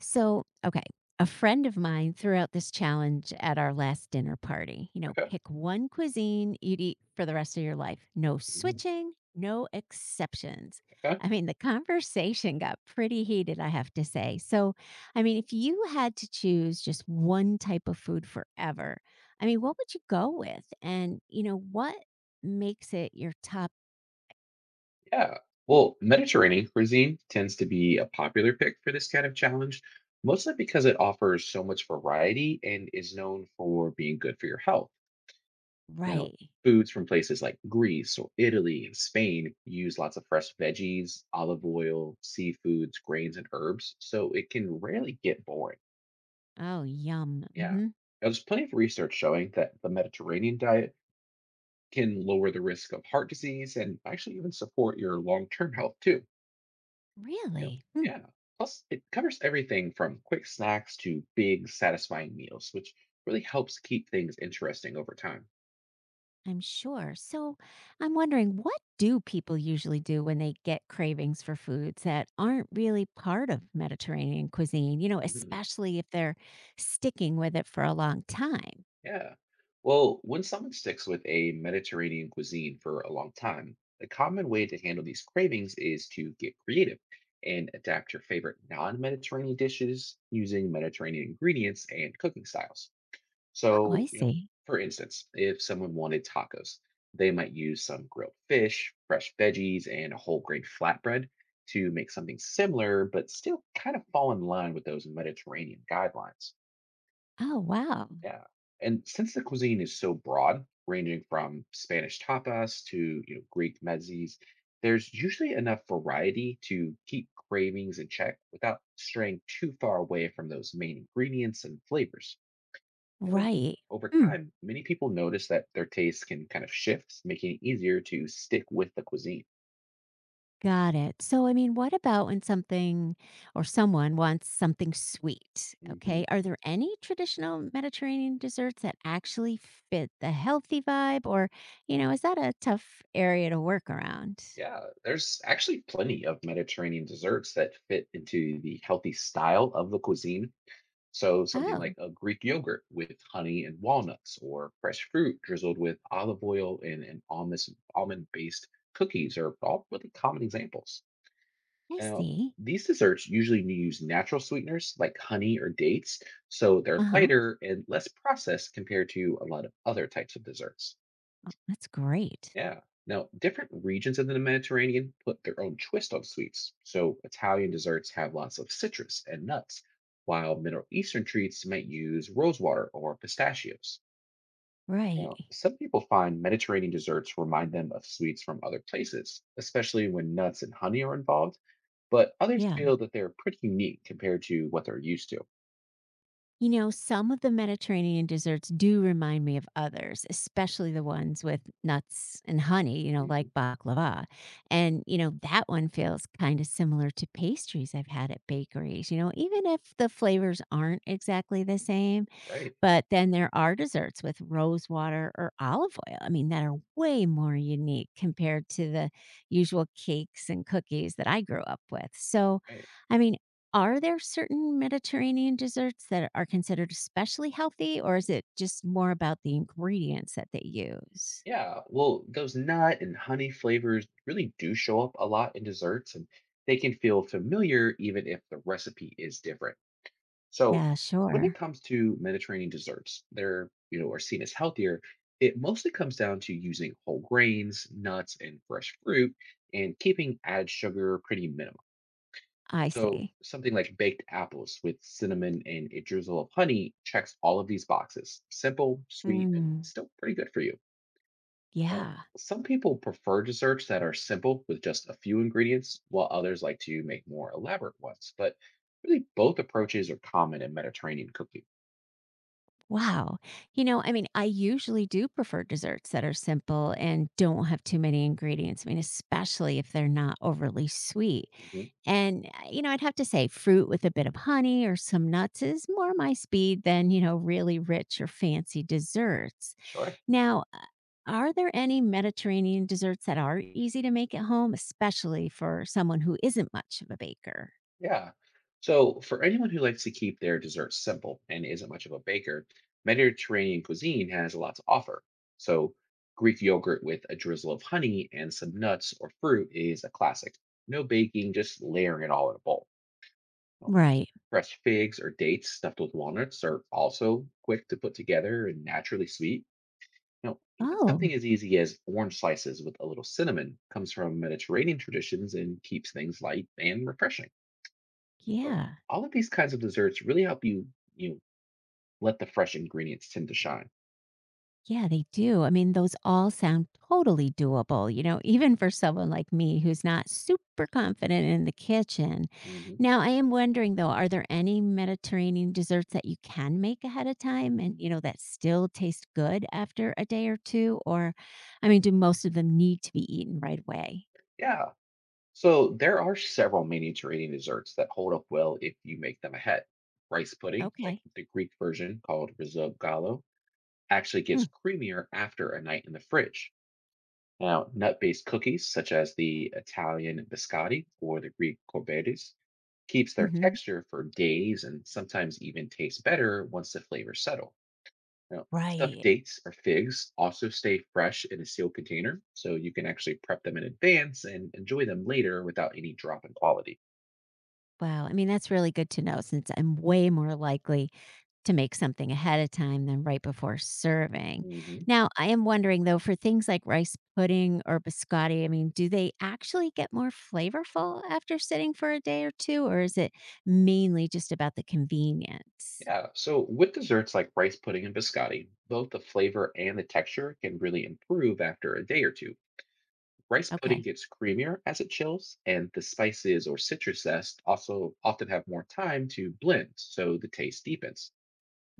So, okay, a friend of mine threw out this challenge at our last dinner party. You know, Okay. pick one cuisine you'd eat for the rest of your life. No Mm. switching, no exceptions. Okay. I mean, the conversation got pretty heated, I have to say. So, I mean, if you had to choose just one type of food forever, I mean, what would you go with? And, you know, what makes it your top Yeah. Well, Mediterranean cuisine tends to be a popular pick for this kind of challenge, mostly because it offers so much variety and is known for being good for your health. You know, right? foods from places like Greece or Italy and Spain use lots of fresh veggies, olive oil, seafoods, grains, and herbs, so it can rarely get boring. Oh, yum. Yeah. There's plenty of research showing that the Mediterranean diet can lower the risk of heart disease and actually even support your long term health too. Yep. Really? Yeah. Plus, it covers everything from quick snacks to big, satisfying meals, which really helps keep things interesting over time. I'm sure. So I'm wondering, what do people usually do when they get cravings for foods that aren't really part of Mediterranean cuisine, you know, Mhm. especially if they're sticking with it for a long time? Yeah. Well, when someone sticks with a Mediterranean cuisine for a long time, the common way to handle these cravings is to get creative and adapt your favorite non Mediterranean dishes using Mediterranean ingredients and cooking styles. Oh, So, I you know, see. for instance, if someone wanted tacos, they might use some grilled fish, fresh veggies, and a whole grain flatbread to make something similar, but still kind of fall in line with those Mediterranean guidelines. Oh, wow. Yeah. And since the cuisine is so broad, ranging from Spanish tapas to you know Greek mezzis, there's usually enough variety to keep cravings in check without straying too far away from those main ingredients and flavors. And then Right. over Hmm. time, many people notice that their tastes can kind of shift, making it easier to stick with the cuisine. Got it. So, I mean, what about when something or someone wants something sweet? Hmm. Okay. Are there any traditional Mediterranean desserts that actually fit the healthy vibe? Or, you know, is that a tough area to work around? Yeah, there's actually plenty of Mediterranean desserts that fit into the healthy style of the cuisine. So, something like Oh, a Greek yogurt with honey and walnuts, or fresh fruit drizzled with olive oil and almond based cookies are all really common examples. I Now, see. these desserts usually use natural sweeteners like honey or dates, so they're Uh huh. lighter and less processed compared to a lot of other types of desserts. That's great. Yeah. Now, different regions of the Mediterranean put their own twist on sweets. So, Italian desserts have lots of citrus and nuts, while Middle Eastern treats might use rosewater or pistachios. Now, Right. some people find Mediterranean desserts remind them of sweets from other places, especially when nuts and honey are involved, but others Yeah. feel that they're pretty unique compared to what they're used to. You know, some of the Mediterranean desserts do remind me of others, especially the ones with nuts and honey, you know, like Mhm. baklava. And, you know, that one feels kind of similar to pastries I've had at bakeries, you know, even if the flavors aren't exactly the same. Right, But then there are desserts with rose water or olive oil, I mean, that are way more unique compared to the usual cakes and cookies that I grew up with. So, right. I mean, are there certain Mediterranean desserts that are considered especially healthy, or is it just more about the ingredients that they use? Yeah, well, those nut and honey flavors really do show up a lot in desserts, and they can feel familiar even if the recipe is different. So Yeah, when it sure. comes to Mediterranean desserts, they're you know are seen as healthier. It mostly comes down to using whole grains, nuts, and fresh fruit, and keeping added sugar pretty minimal. I So see. something like baked apples with cinnamon and a drizzle of honey checks all of these boxes. Simple, sweet, and Mm, still pretty good for you. Now, yeah. some people prefer desserts that are simple with just a few ingredients, while others like to make more elaborate ones. But really, both approaches are common in Mediterranean cooking. Wow. You know, I mean, I usually do prefer desserts that are simple and don't have too many ingredients. I mean, especially if they're not overly sweet. Hmm. And, you know, I'd have to say fruit with a bit of honey or some nuts is more my speed than, you know, really rich or fancy desserts. Sure. Now, are there any Mediterranean desserts that are easy to make at home, especially for someone who isn't much of a baker? Yeah. So, for anyone who likes to keep their desserts simple and isn't much of a baker, Mediterranean cuisine has a lot to offer. So, Greek yogurt with a drizzle of honey and some nuts or fruit is a classic. No baking, just layering it all in a bowl. Now, Right. Fresh figs or dates stuffed with walnuts are also quick to put together and naturally sweet. Now, even something Oh, as easy as orange slices with a little cinnamon comes from Mediterranean traditions and keeps things light and refreshing. Well, yeah. all of these kinds of desserts really help you let the fresh ingredients tend to shine. Yeah, they do. I mean, those all sound totally doable, you know, even for someone like me who's not super confident in the kitchen. Hmm. Now, I am wondering though, are there any Mediterranean desserts that you can make ahead of time and, you know, that still taste good after a day or two? Or, I mean, do most of them need to be eaten right away? Yeah. So there are several Mediterranean desserts that hold up well if you make them ahead. Rice pudding, like Okay. the Greek version called risotto gallo, actually Hmm. gets creamier after a night in the fridge. Now, nut-based cookies such as the Italian biscotti or the Greek corbettes keeps their hmm texture for days and sometimes even tastes better once the flavors settle. Now, stuffed Right. dates or figs also stay fresh in a sealed container, so you can actually prep them in advance and enjoy them later without any drop in quality. Wow. I mean, that's really good to know since I'm way more likely to make something ahead of time than right before serving. Hmm. Now, I am wondering though, for things like rice pudding or biscotti, I mean, do they actually get more flavorful after sitting for a day or two, or is it mainly just about the convenience? Yeah, so with desserts like rice pudding and biscotti, both the flavor and the texture can really improve after a day or two. Rice pudding Okay. gets creamier as it chills, and the spices or citrus zest also often have more time to blend, so the taste deepens.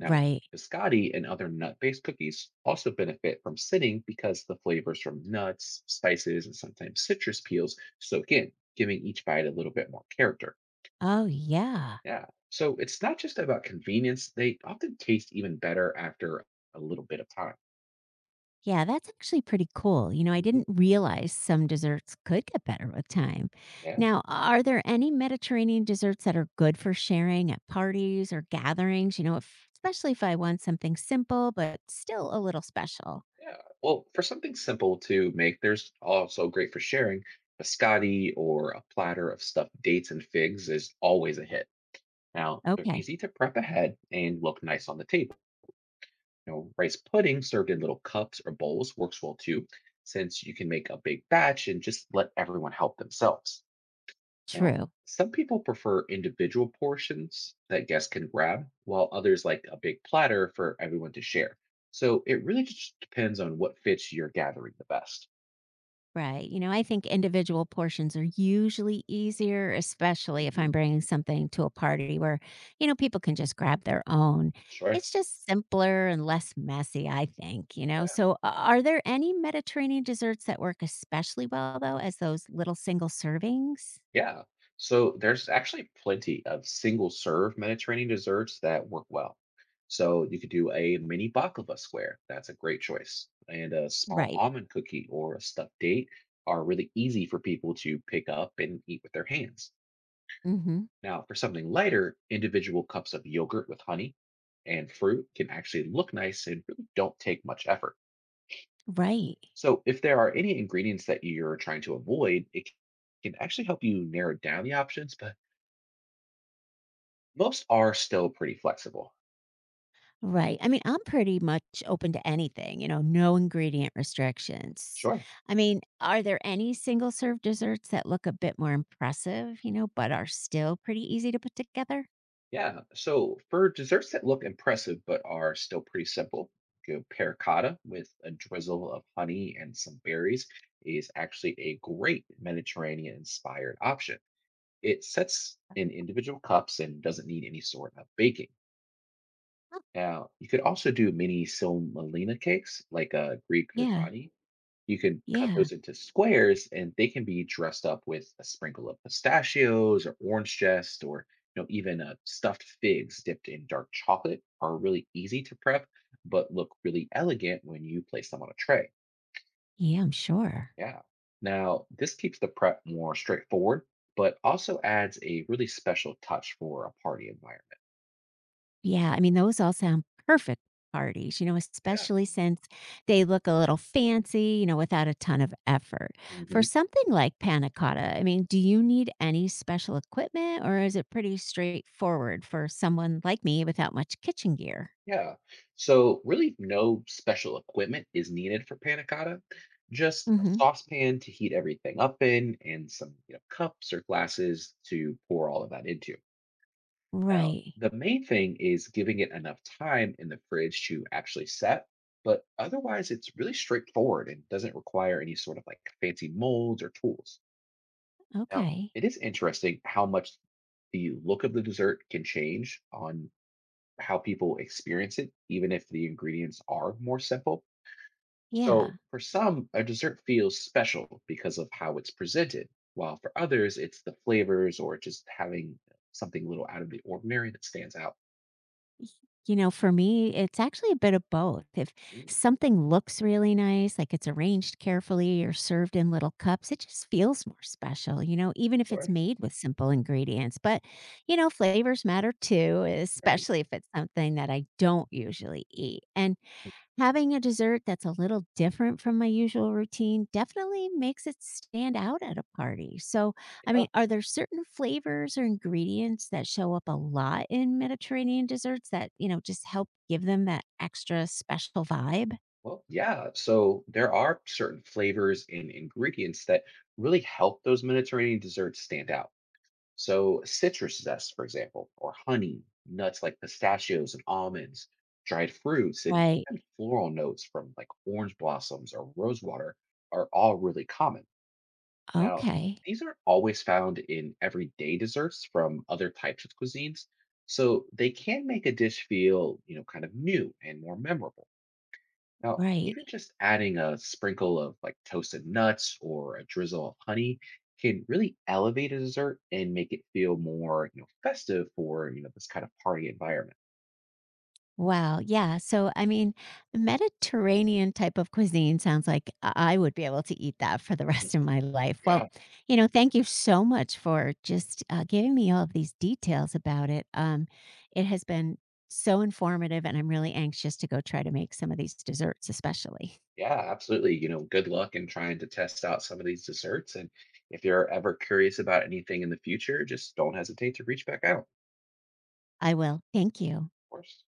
Now, Right. biscotti and other nut based cookies also benefit from sitting because the flavors from nuts, spices, and sometimes citrus peels soak in, giving each bite a little bit more character. Oh, yeah. Yeah. So it's not just about convenience, they often taste even better after a little bit of time. Yeah, that's actually pretty cool. You know, I Mhm. didn't realize some desserts could get better with time. Yeah. Now, are there any Mediterranean desserts that are good for sharing at parties or gatherings? You know, if, especially if I want something simple, but still a little special. Yeah. Well, for something simple to make, there's also great for sharing. Biscotti or a platter of stuffed dates and figs is always a hit. Now, they're Okay, easy to prep ahead and look nice on the table. You know, rice pudding served in little cups or bowls works well too, since you can make a big batch and just let everyone help themselves. Now, true. some people prefer individual portions that guests can grab, while others like a big platter for everyone to share. So it really just depends on what fits your gathering the best. Right. You know, I think individual portions are usually easier, especially if Hmm. I'm bringing something to a party where, you know, people can just grab their own. Sure. It's just simpler and less messy, I think, you know. So, are there any Mediterranean desserts that work especially well, though, as those little single servings? Yeah. So there's actually plenty of single serve Mediterranean desserts that work well. So you could do a mini baklava square. That's a great choice. And a small Right. almond cookie or a stuffed date are really easy for people to pick up and eat with their hands. Mm-hmm. Now, for something lighter, individual cups of yogurt with honey and fruit can actually look nice and really don't take much effort. Right. So if there are any ingredients that you're trying to avoid, it can actually help you narrow down the options, but most are still pretty flexible. Right. I mean, I'm pretty much open to anything, you know, no ingredient restrictions. Sure. I mean, are there any single serve desserts that look a bit more impressive, you know, but are still pretty easy to put together? Yeah. So for desserts that look impressive but are still pretty simple, go pear cotta with a drizzle of honey and some berries is actually a great Mediterranean inspired option. It sets in individual cups and doesn't need any sort of baking. Oh, Now, you could also do mini silmalina cakes like a Greek yeah. ribani. You can cut Yeah. those into squares and they can be dressed up with a sprinkle of pistachios or orange zest or you know even stuffed figs dipped in dark chocolate are really easy to prep but look really elegant when you place them on a tray. Yeah, I'm sure. Yeah. Now, this keeps the prep more straightforward but also adds a really special touch for a party environment. Yeah, I mean, those all sound perfect parties, you know, Yeah. especially since they look a little fancy, you know, without a ton of effort. For Mhm. something like panna cotta, I mean, do you need any special equipment or is it pretty straightforward for someone like me without much kitchen gear? Yeah. So really no special equipment is needed for panna cotta. Just a hmm saucepan to heat everything up in and some, you know, cups or glasses to pour all of that into. Now, Right. the main thing is giving it enough time in the fridge to actually set, but otherwise it's really straightforward and doesn't require any sort of like fancy molds or tools. Now, Okay. it is interesting how much the look of the dessert can change on how people experience it, even if the ingredients are more simple. So, Yeah. for some, a dessert feels special because of how it's presented, while for others, it's the flavors or just having something a little out of the ordinary that stands out. Y you know, for me, it's actually a bit of both. If Mm, something looks really nice, like it's arranged carefully or served in little cups, it just feels more special, you know, even if it's sure. made with simple ingredients. But, you know, flavors matter too, Right. especially if it's something that I don't usually eat. And having a dessert that's a little different from my usual routine definitely makes it stand out at a party. So, I Yeah. mean, are there certain flavors or ingredients that show up a lot in Mediterranean desserts that, you know, just help give them that extra special vibe? Well, yeah. So, there are certain flavors and ingredients that really help those Mediterranean desserts stand out. So, citrus zest, for example, or honey, nuts like pistachios and almonds, dried fruits, and Right. even floral notes from like orange blossoms or rosewater are all really common. Now, Okay. these aren't always found in everyday desserts from other types of cuisines, so they can make a dish feel, you know, kind of new and more memorable. Now, Right. even just adding a sprinkle of like toasted nuts or a drizzle of honey can really elevate a dessert and make it feel more, you know, festive for, you know, this kind of party environment. Wow, yeah, so, I mean, Mediterranean type of cuisine sounds like I would be able to eat that for the Mhm. rest of my life. Well, Yeah, you know, thank you so much for just, giving me all of these details about it. It has been so informative, and I'm really anxious to go try to make some of these desserts especially. yeah, absolutely. You know, good luck in trying to test out some of these desserts. And if you're ever curious about anything in the future, just don't hesitate to reach back out, of I will. Thank you. course.